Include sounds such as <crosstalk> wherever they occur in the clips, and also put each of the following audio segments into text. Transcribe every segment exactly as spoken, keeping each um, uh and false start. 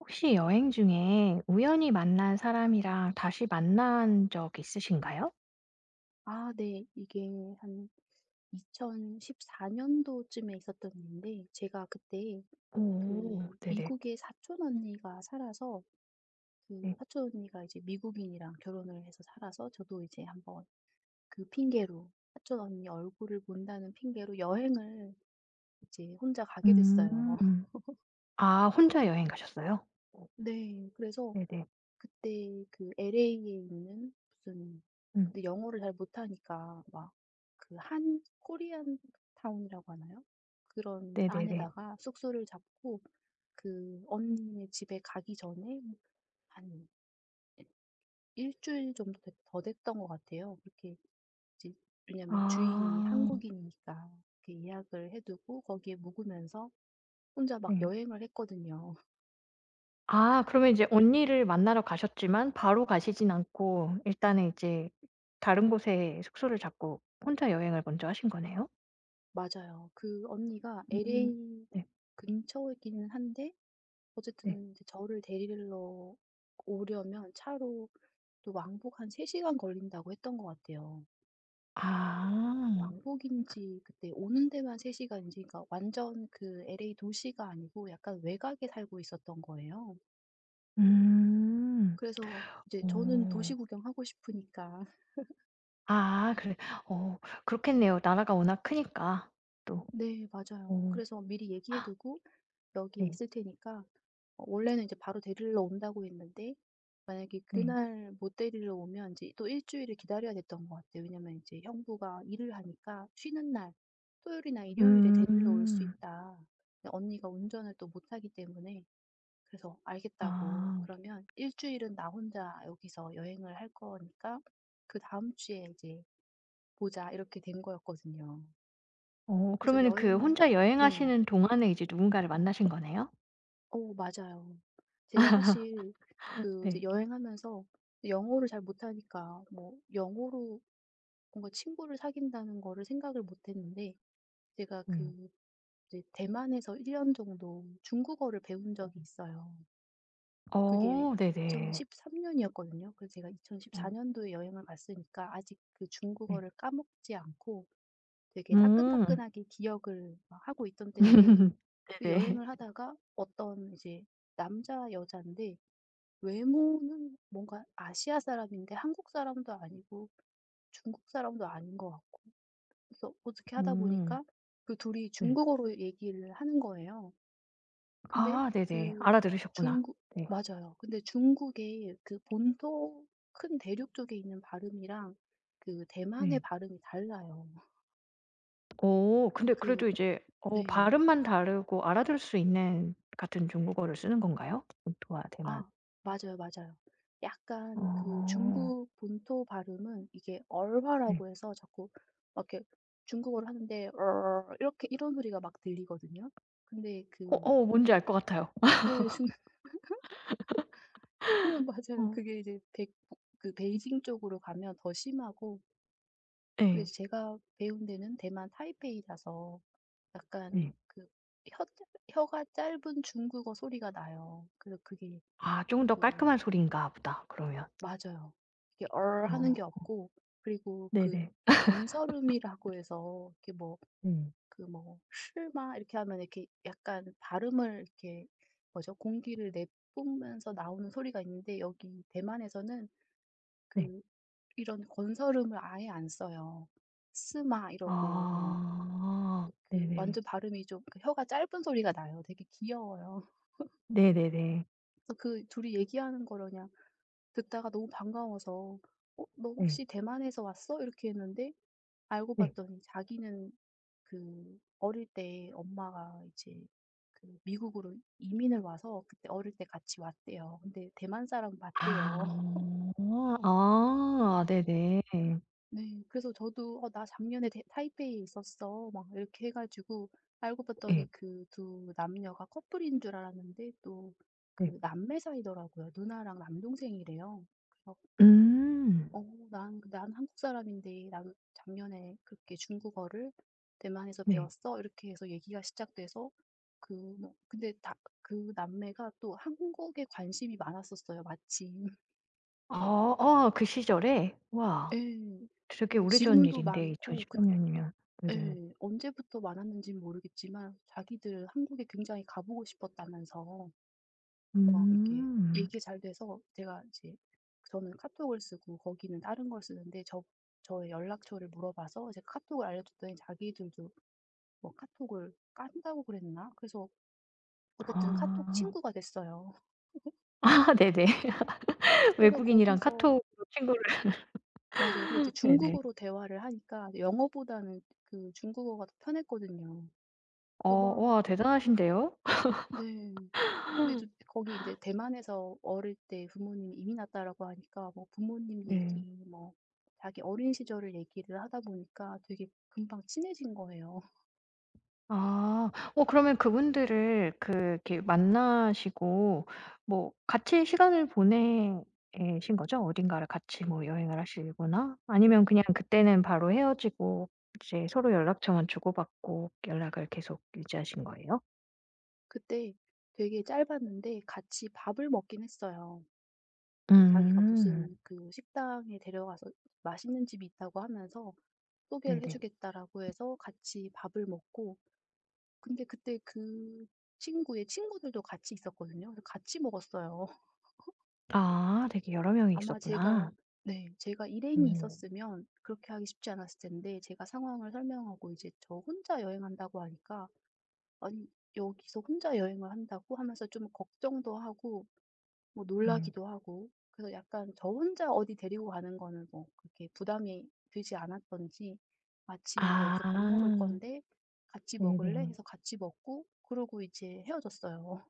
혹시 여행 중에 우연히 만난 사람이랑 다시 만난 적 있으신가요? 아 네. 이게 한 이천십사 년도쯤에 있었던 일인데, 제가 그때 오 그 미 네네. 국의 사촌 언니가 살아서, 그 네. 사촌 언니가 이제 미국인이랑 결혼을 해서 살아서, 저도 이제 한번 그 핑계로, 사촌 언니 얼굴을 본다는 핑계로 여행을 이제 혼자 가게 됐어요. 음. <laughs> 아 혼자 여행 가셨어요? 오, 네. 그래서 네네. 그때 그 엘에이에 있는 무슨, 음. 근데 영어를 잘 못하니까 막, 그 한 코리안 타운이라고 하나요? 그런 네네네. 안에다가 숙소를 잡고 그 언니네 집에 가기 전에 한 일주일 정도 됐- 더 됐던 것 같아요. 그렇게 이제, 왜냐면 주인이 아 한국인이니까 이렇게 예약을 해두고 거기에 묵으면서 혼자 막 네. 여행을 했거든요. <laughs> 아 그러면 이제 언니를 만나러 가셨지만 바로 가시진 않고 일단은 이제 다른 곳에 숙소를 잡고 혼자 여행을 먼저 하신 거네요? 맞아요. 그 언니가 음. 엘에이 네. 근처이기는 한데, 네. 어쨌든 제 저를 데리러 오려면 차로 또 왕복 한 세 시간 걸린다고 했던 것 같아요. 아. 왕복인지 그때 오는 데만 세 시간인지, 그러니까 완전 그 엘에이 도시가 아니고 약간 외곽에 살고 있었던 거예요. 음. 그래서 이제 저는 도시 오. 구경하고 싶으니까. <laughs> 아 그래 어 그렇겠네요. 나라가 워낙 크니까 또. 네 맞아요. 어 그래서 미리 얘기해 두고, "여기에 네. 있을 테니까, 어 원래는 이제 바로 데리러 온다고 했는데, 만약에 네. 그날 못 데리러 오면 이제 또 일 주일을 기다려야 됐던 것 같아요. 왜냐면 이제 형부가 일을 하니까 쉬는 날, 토요일이나 일요일에 데리러 올 수 음. 있다. 근데 언니가 운전을 또 못하기 때문에, 그래서 알겠다고, 아. "그러면 일 주일은 나 혼자 여기서 여행을 할 거니까 그다음 주에 이제 보자." 이렇게 된 거였거든요. 어 그래서 그러면은 그 여행을, 혼자 네. 여행하시는 동안에 이제 누군가를 만나신 거네요? 어 맞아요. 제가 사실 그 네. 이제 여행하면서 영어를 잘 못하니까, 뭐 영어로 뭔가 친구를 사귄다는 거를 생각을 못 했는데, 제가 네. 그 이제 대만에서 일 년 정도 중국어를 배운 적이 있어요. 그게 어 네네. 이천십삼 년이었거든요. 그래서 제가 어 이천십사 년도에 여행을 갔으니까 아직 그 네. 중국어를 까먹지 않고 되게 음. 따끈따끈하게 기억을 막 하고 있던 때인데, <laughs> 또 네네. 여행을 하다가 어떤 이제 남자 여인데, 외모는 뭔가 아시아 사람인데 한국 사람도 아니고 중국 사람도 아닌 것 같고, 그래서 어떻게 하다 음. 보니까 그 둘이 네. 중국어로 얘기를 하는 거예요. 근데 아 네네. 그 알아들으셨구나. 중국, 네. 맞아요. 근데 중국의 그 본토, 큰 대륙 쪽에 있는 발음이랑 그 대만의 네. 발음이 달라요. 오 근데 그 그래도 이제 어 네. 발음만 다르고 알아들을 수 있는 같은 중국어를 쓰는 건가요? 본토와 대만. 아 맞아요, 맞아요. 약간 그 어. 중국 본토 발음은, 이게 네. 얼화라고 해서 자꾸 막 이렇게 중국어를 하는데, 어 이렇게 이런 소리가 막 들리거든요. 근데 어 그, 어 뭔지 알 것 같아요. 예, 중, <laughs> 맞아요. 어. 그게 이제 백, 그 베이징 쪽으로 가면 더 심하고, 그 예. 제가 배운 데는 대만 타이페이라서 네. 약간 그 혀 혀가 짧은 중국어 소리가 나요. 그래서 그게 아 좀 더 그, 깔끔한 소리인가 보다 그러면. 맞아요. 이게 얼 하는 게 어. 없고, 그리고 그 네네. 건설음이라고 해서 이렇게 뭐, 네. 그 뭐 쉴마 이렇게 하면 이렇게 약간 발음을 이렇게, 뭐죠? 공기를 내뿜으면서 나오는 소리가 있는데 여기 대만에서는 네. 그 이런 건설음을 아예 안 써요. 스마 이러고, 뭐 아. 그 네네. 완전 발음이 좀그 혀가 짧은 소리가 나요. 되게 귀여워요. 네네네. <laughs> 그래서 그 둘이 얘기하는 거를 그 듣다가 너무 반가워서, "어 너 네. 혹시 대만에서 왔어?" 이렇게 했는데, 알고 네. 봤더니 자기는 그 어릴 때 엄마가 이제 그 미국으로 이민을 와서 그때 어릴 때 같이 왔대요. 근데 대만 사람 맞대요. <laughs> 아. 아 네네. 네. 그래서 저도 "어 나 작년에 대 타이페이에 있었어." 막 이렇게 해 가지고, 알고 봤더니 예. 그 두 남녀가 커플인 줄 알았는데, 또 네. 그 남매 사이더라고요. 누나랑 남동생이래요. 그래서 음. 어, "난 난 한국 사람인데, 난 작년에 그렇게 중국어를 대만에서 네. 배웠어." 이렇게 해서 얘기가 시작돼서, 그 뭐 근데 다 그 남매가 또 한국에 관심이 많았었어요, 마침. <laughs> 아 아 그 시절에? 와 예. 되게 뭐 오래전 지금도 일인데 많고, 그 이천십삼 년이면. 네네. 예. 언제부터 많았는는 모르겠지만 자기들 한국에 굉장히 가 보고 싶었다면서, 막 이렇게 음. 얘기 잘 돼서 제가 이제, 저는 카톡을 쓰고 거기는 다른 걸 쓰는데 저 저의 연락처를 물어봐서 이제 카톡을 알려줬더니 자기들도 뭐 카톡을 깐다고 그랬나? 그래서 어쨌든 카톡 아. 친구가 됐어요. <laughs> <laughs> 아 네네. 그래서 외국인이랑 거기서, 카톡으로 친구를 맞아요. 근데 이제 <laughs> 네네. 중국어로 대화를 하니까 영어보다는 그 중국어가 더 편했거든요. 어 그래서 막 와 대단하신데요. 네. 근데 저 거기 이제 대만에서 어릴 때 부모님이 이민 왔다라고 하니까 뭐 부모님 얘기, 네. 뭐 자기 어린 시절을 얘기를 하다 보니까 되게 금방 친해진 거예요. <laughs> 아. 어 그러면 그분들을 그 이렇게 만나시고 뭐 같이 시간을 보내신 거죠? 어딘가를 같이 뭐 여행을 하시거나 아니면 그냥 그때는 바로 헤어지고 이제 서로 연락처만 주고받고 연락을 계속 유지하신 거예요? 그때 되게 짧았는데 같이 밥을 먹긴 했어요. 자기가 음. 무슨 그 식당에 데려가서 맛있는 집이 있다고 하면서 소개를 해 네네. 주겠다라고 해서 같이 밥을 먹고, 근데 그때 그 친구의 친구들도 같이 있었거든요. 그래서 같이 먹었어요. 아 되게 여러 명이 아마 제가, 있었구나. 네 제가 일행이 음. 있었으면 그렇게 하기 쉽지 않았을 텐데, 제가 상황을 설명하고 이제 저 혼자 여행한다고 하니까 "아니 여기서 혼자 여행을 한다고?" 하면서 좀 걱정도 하고 뭐 음. 놀라기도 하고, 그래서 약간 저 혼자 어디 데리고 가는 거는 뭐 그렇게 부담이 되지 않았던지, 마침 아. "여기서 밥 먹을 건데 같이 먹을래?" 네네. 해서 같이 먹고 그러고 이제 헤어졌어요.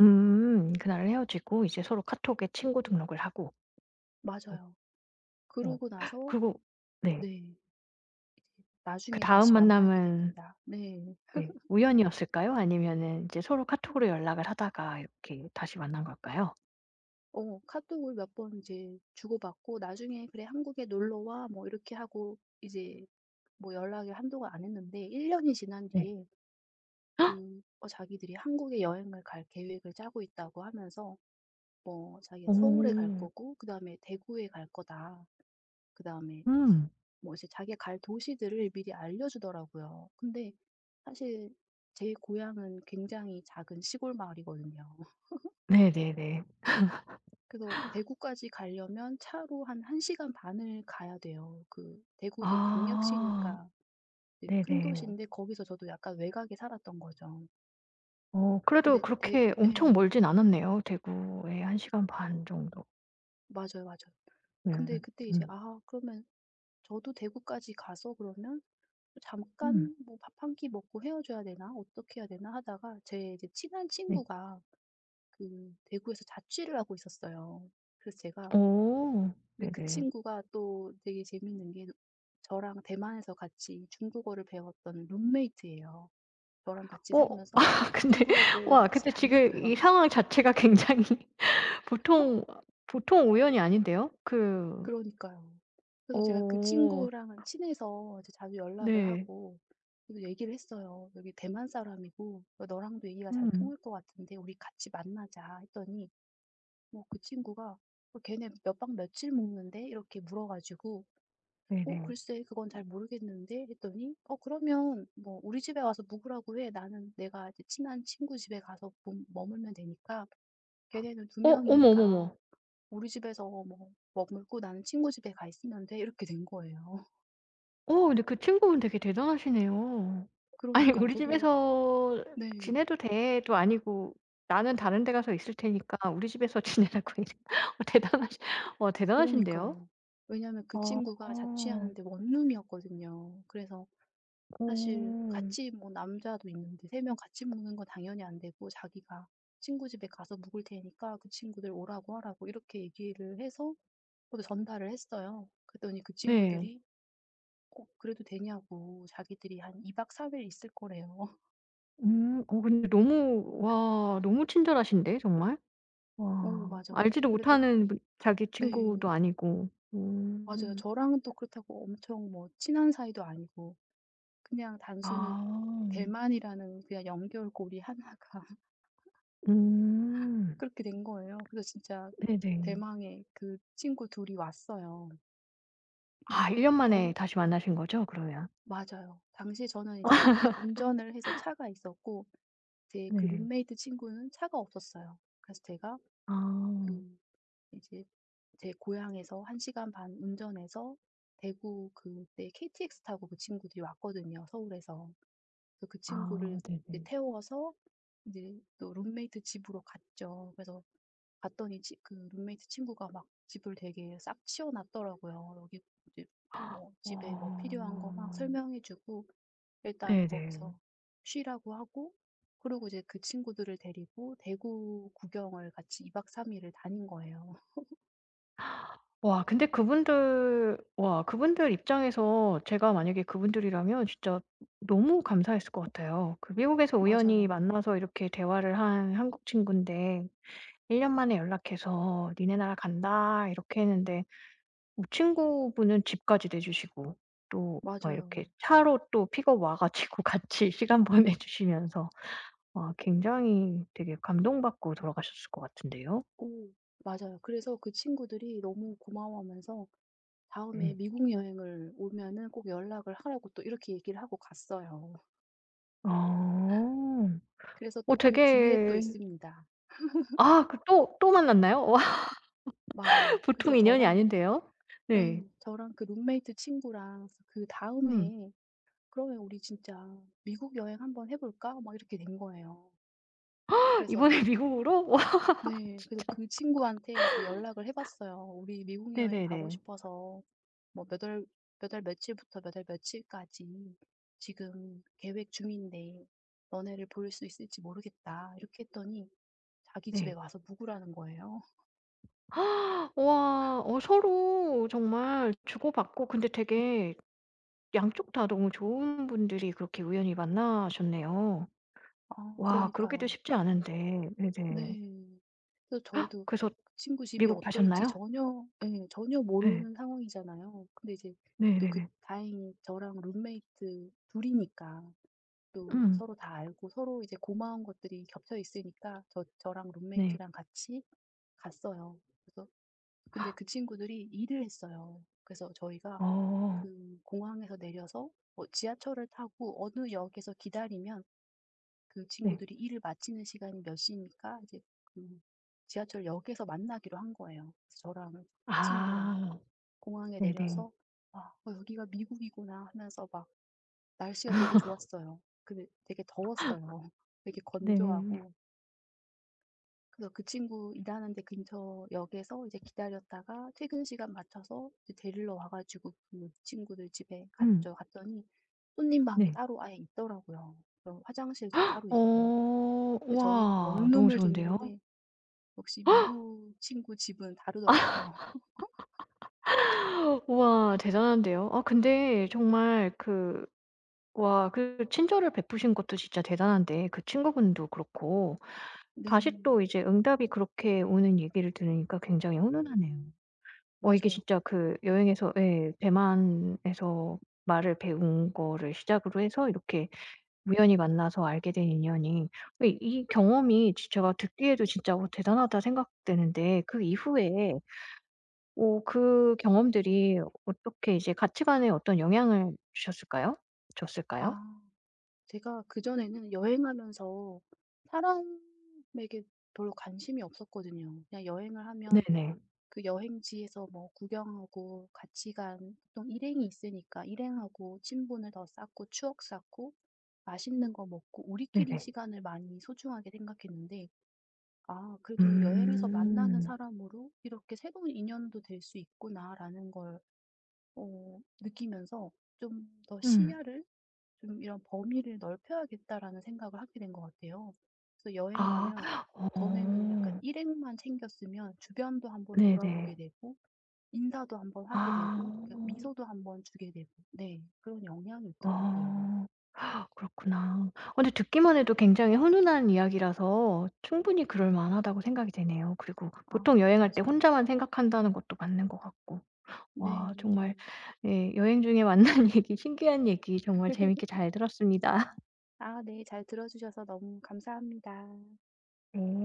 음. 그날 헤어지고 이제 서로 카톡에 친구 등록을 하고 <laughs> 어 맞아요. 어 그러고 나서 그리고 네. 네, 나중에 그다음 다시 만나게 만남은 됩니다. 네. 네 우연이었을까요? 아니면은 이제 서로 카톡으로 연락을 하다가 이렇게 다시 만난 걸까요? 어 카톡을 몇 번 이제 주고받고 나중에 "그래 한국에 놀러 와." 뭐 이렇게 하고 이제 뭐 연락을 한동안 안 했는데, 일 년이 지난 네. 뒤에 그 어 자기들이 한국에 여행을 갈 계획을 짜고 있다고 하면서, 뭐 자기가 서울에 갈 오. 거고 그다음에 대구에 갈 거다. 그다음에 음. 뭐 이제 자기가 갈 도시들을 미리 알려주더라고요. 근데 사실 제 고향은 굉장히 작은 시골 마을이거든요. 네네네. 그래서 대구까지 가려면 차로 한 1 시간 반을 가야 돼요. 그 대구도 아. 광역시니까 이제 큰 네네. 도시인데, 거기서 저도 약간 외곽에 살았던 거죠. 어 그래도 근데 대, 그렇게 엄청 예. 멀진 않았네요. 대구에 한 시간 반 정도면. 맞아요, 맞아요. 근데 음. 그때 이제 음. 아 그러면 저도 대구까지 가서, 그러면 음, 잠깐 뭐 '밥 한 끼 먹고 헤어져야 되나? 어떻게 해야 되나?' 하다가, 제 이제 친한 네. 친구가 그 대구에서 자취를 하고 있었어요. 그래서 제가, 오. 근데 그 네네. 친구가 또 되게 재밌는 게 저랑 대만에서 같이 중국어를 배웠던 룸메이트예요. 저랑 같이 어 아 살면서 <laughs> 근데 중국어를 배우러 와 같이 근데 지금 이 다녔어요. 상황 자체가 굉장히 <laughs> 보통 <laughs> 보통 우연이 아닌데요. 그 그러니까요. 그래서 제가 그 어 친구랑은 친해서 이제 자주 연락을 네. 하고, 그래서 얘기를 했어요. "여기 대만 사람이고 너랑도 얘기가 잘 음 통할 것 같은데 우리 같이 만나자." 했더니 뭐 그 친구가 "어 걔네 몇 박 며칠 묵는데?" 이렇게 물어 가지고, "어 네네. 글쎄 그건 잘 모르겠는데." 했더니 "어 그러면 뭐 우리 집에 와서 묵으라고 해. 나는 내가 이제 친한 친구 집에 가서 머- 머물면 되니까, 걔네는 두 어 어머, 어머, 명이니까 어머. 우리 집에서 뭐 머물고 나는 친구 집에 가 있으면 돼." 이렇게 된 거예요. 어 근데 그 친구분 되게 대단하시네요. <laughs> 아니 그러니까요. "우리 저도 집에서 네. 지내도 돼."도 아니고 "나는 다른 데 가서 있을 테니까 우리 집에서 <laughs> 지내라고." 이래 어 대단하시 어 대단하신데요. 그러니까요. 왜냐하면 그 어. 친구가 자취하는데 원룸이었거든요. 그래서 사실 어. 같이 뭐 남자도 있는데 세 명 같이 먹는 건 당연히 안 되고, 자기가 "친구 집에 가서 묵을 테니까 그 친구들 오라고 하라."고 이렇게 얘기를 해서 저도 전달을 했어요. 그랬더니 그 네. 친구들이 "어 그래도 되냐."고 자기들이 한 이 박 삼 일 있을 거래요. 음. 어 근데 너무 와 너무 친절하신데 정말. <laughs> 오 와. 맞아요. 알지도 근데 또 못하는 분 자기 네. 친구도 아니고. 맞아요. 음. 저랑은 또 그렇다고 엄청 뭐 친한 사이도 아니고 그냥 단순히 아. 대만이라는 그냥 연결고리 하나가 음. 그렇게 된 거예요. 그래서 진짜 네네. 대망의 그 친구 둘이 왔어요. 근데 아 일 년 만에 전, 다시 만나신 거죠 그러면? 맞아요. 당시에 저는 이제 운전을 해서 차가 있었고 제 그 네. 룸메이트 친구는 차가 없었어요. 그래서 제가 아. 그 이제 제 고향에서 한 시간 반 운전해서 대구, 그때 케이티엑스 타고 그 친구들이 왔거든요, 서울에서. 그래서 그 친구를 아 이제 네네. 태워서 이제 또 룸메이트 집으로 갔죠. 그래서 갔더니 치 그 룸메이트 친구가 막 집을 되게 싹 치워 놨더라고요. 여기 이제 뭐 집에 뭐 필요한 거 막 어. 설명해 주고 일단 네네. 거기서 쉬라고 하고, 그리고 이제 그 친구들을 데리고 대구 구경을 같이 이 박 삼 일을 다닌 거예요. 와 근데 그분들 와 그분들 입장에서 제가 만약에 그분들이라면 진짜 너무 감사했을 것 같아요. 그 미국에서 <laughs> 우연히 맞아요. 만나서 이렇게 대화를 한 한국 친구인데일 년 만에 연락해서 "니네 나라 간다." 이렇게 했는데 뭐 친구분은 집까지 내주시고 또 막 맞아요. 이렇게 차로 또 픽업 와 가지고 <laughs> 같이 시간 보내 주시면서 와 굉장히 되게 감동받고 돌아가셨을 것 같은데요. 오 맞아요. 그래서 그 친구들이 너무 고마워하면서 다음에 음 미국 여행을 오면은 꼭 연락을 하라고 또 이렇게 얘기를 하고 갔어요. 아. 그래서 어 또 그 뒤에 또 되게 있습니다. 아 그 또 또 만났나요? 와 맞아요. <laughs> 그래서 보통 인연이 저랑 아닌데요. 네. 예 저랑 그 룸메이트 친구랑 그다음 음. 해에 "그러면 우리 진짜 미국 여행 한번 해 볼까?" 막 이렇게 된 거예요. <laughs> 그래서 이번에 미국으로? 와 네 그래서 진짜. 그 친구한테 이제 연락을 해 봤어요. "우리 미국 여행 가고 네네네. 싶어서 뭐 몇 월 몇 월 며칠부터 몇 월 며칠까지 지금 계획 중인데 너네를 볼 수 있을지 모르겠다." 이렇게 했더니, 자기 집에 네. 와서 묵으라는 거예요. <gasps> 와 어 서로 정말 주고받고 근데 되게 양쪽 다 너무 좋은 분들이 그렇게 우연히 만나셨네요. 아 와 그러기도 그러니까요. 쉽지 않은데. 네네. 네. 그래서 저희도 그 그래서 친구 집이 미국 어떨지 가셨나요? 전혀 예 전혀 예. 모르는 상황이잖아요. 근데 이제 또 그 네네네. 다행히 저랑 룸메이트 둘 이니까 또 음. 서로 다 알고 서로 이제 고마운 것들이 겹쳐 있으니까 저 저랑 네. 룸메이트랑 같이 갔어요. 그래서 근데 그 친구들이 일을 했어요. 그래서 저희가 어. 그 공항에서 내려서 뭐 지하철을 타고 어느 역에서 기다리면 그 네. 친구들이 일을 마치는 시간이 몇 시니까 이제 그 지하철 역에서 만나기로 한 거예요. 그래서 저랑 친구랑 아. 공항에 네네. 내려서 아, 어, 여기가 미국이구나 하면서 막 날씨가 되게 좋았어요. 근데 되게 더웠어요. <laughs> 되게 네. 건조하고. 그래서 그 친구 일하는 데 근처 역에서 이제 기다렸다가 퇴근 시간 맞춰서 이제 데리러 와 가지고 그 친구들 집에 음. 갔죠. 갔더니 손님 방이 네. 따로 아예 있더라고요. 그럼 화장실도 따로 있고. 어. 근데 저희는 와 너무 원룸을 좋은데요. 줬는데 역시 미국 친구 집은 다르더라고요. <laughs> <gasps> 우와 대단한데요. 아 근데 정말 그 와 그 친절을 베푸신 것도 진짜 대단한데 그 친구분도 그렇고 네. 다시 또 이제 응답이 그렇게 오는 얘기를 들으니까 굉장히 훈훈하네요. 어 이게 맞아요. 진짜 그 여행에서 예 대만에서 말을 배운 거를 시작으로 해서 이렇게 우연히 만나서 알게 된 인연이 이 이 경험이 지 제가 듣기에도 진짜 '어 대단하다.' 생각되는데 그 이후에 오 그 경험들이 어떻게 이제 가치관에 어떤 영향을 주셨을까요? 줬을까요? 아 제가 그전에는 여행하면서 사람에게 별로 관심이 없었거든요. 그냥 여행을 하면 네네. 그 여행지에서 뭐 구경하고 같이 간 보통 일행이 있으니까 일행하고 친분을 더 쌓고 추억 쌓고 맛있는 거 먹고 우리끼리 네네. 시간을 많이 소중하게 생각했는데, 아, 그래도 여행에서 만나는 음. 사람으로 이렇게 새로운 인연도 될 수 있구나라는 걸 어, 느끼면서 좀 더 음. 시야를 좀 이런 범위를 넓혀야겠다라는 생각을 하게 된 것 같아요. 그래서 여행 아. 가면 전에는 약간 어. 일행만 챙겼으면 주변도 한번 네네. 돌아보게 되고 인사도 한번 하게 아. 되고 그 미소도 한번 주게 되고 네 그런 영향이 있더라고요. 어. 그렇구나. 어 근데 듣기만 해도 굉장히 훈훈한 이야기라서 충분히 그럴 만하다고 생각이 되네요. 그리고 아 보통 여행할 때 맞아요. 혼자만 생각한다는 것도 맞는 것 같고. 와 정말 네. 예 여행 중에 만난 <laughs> 얘기, 신기한 얘기 정말 재밌게 잘 들었습니다. 아 네. 잘 들어 주셔서 너무 감사합니다. 응?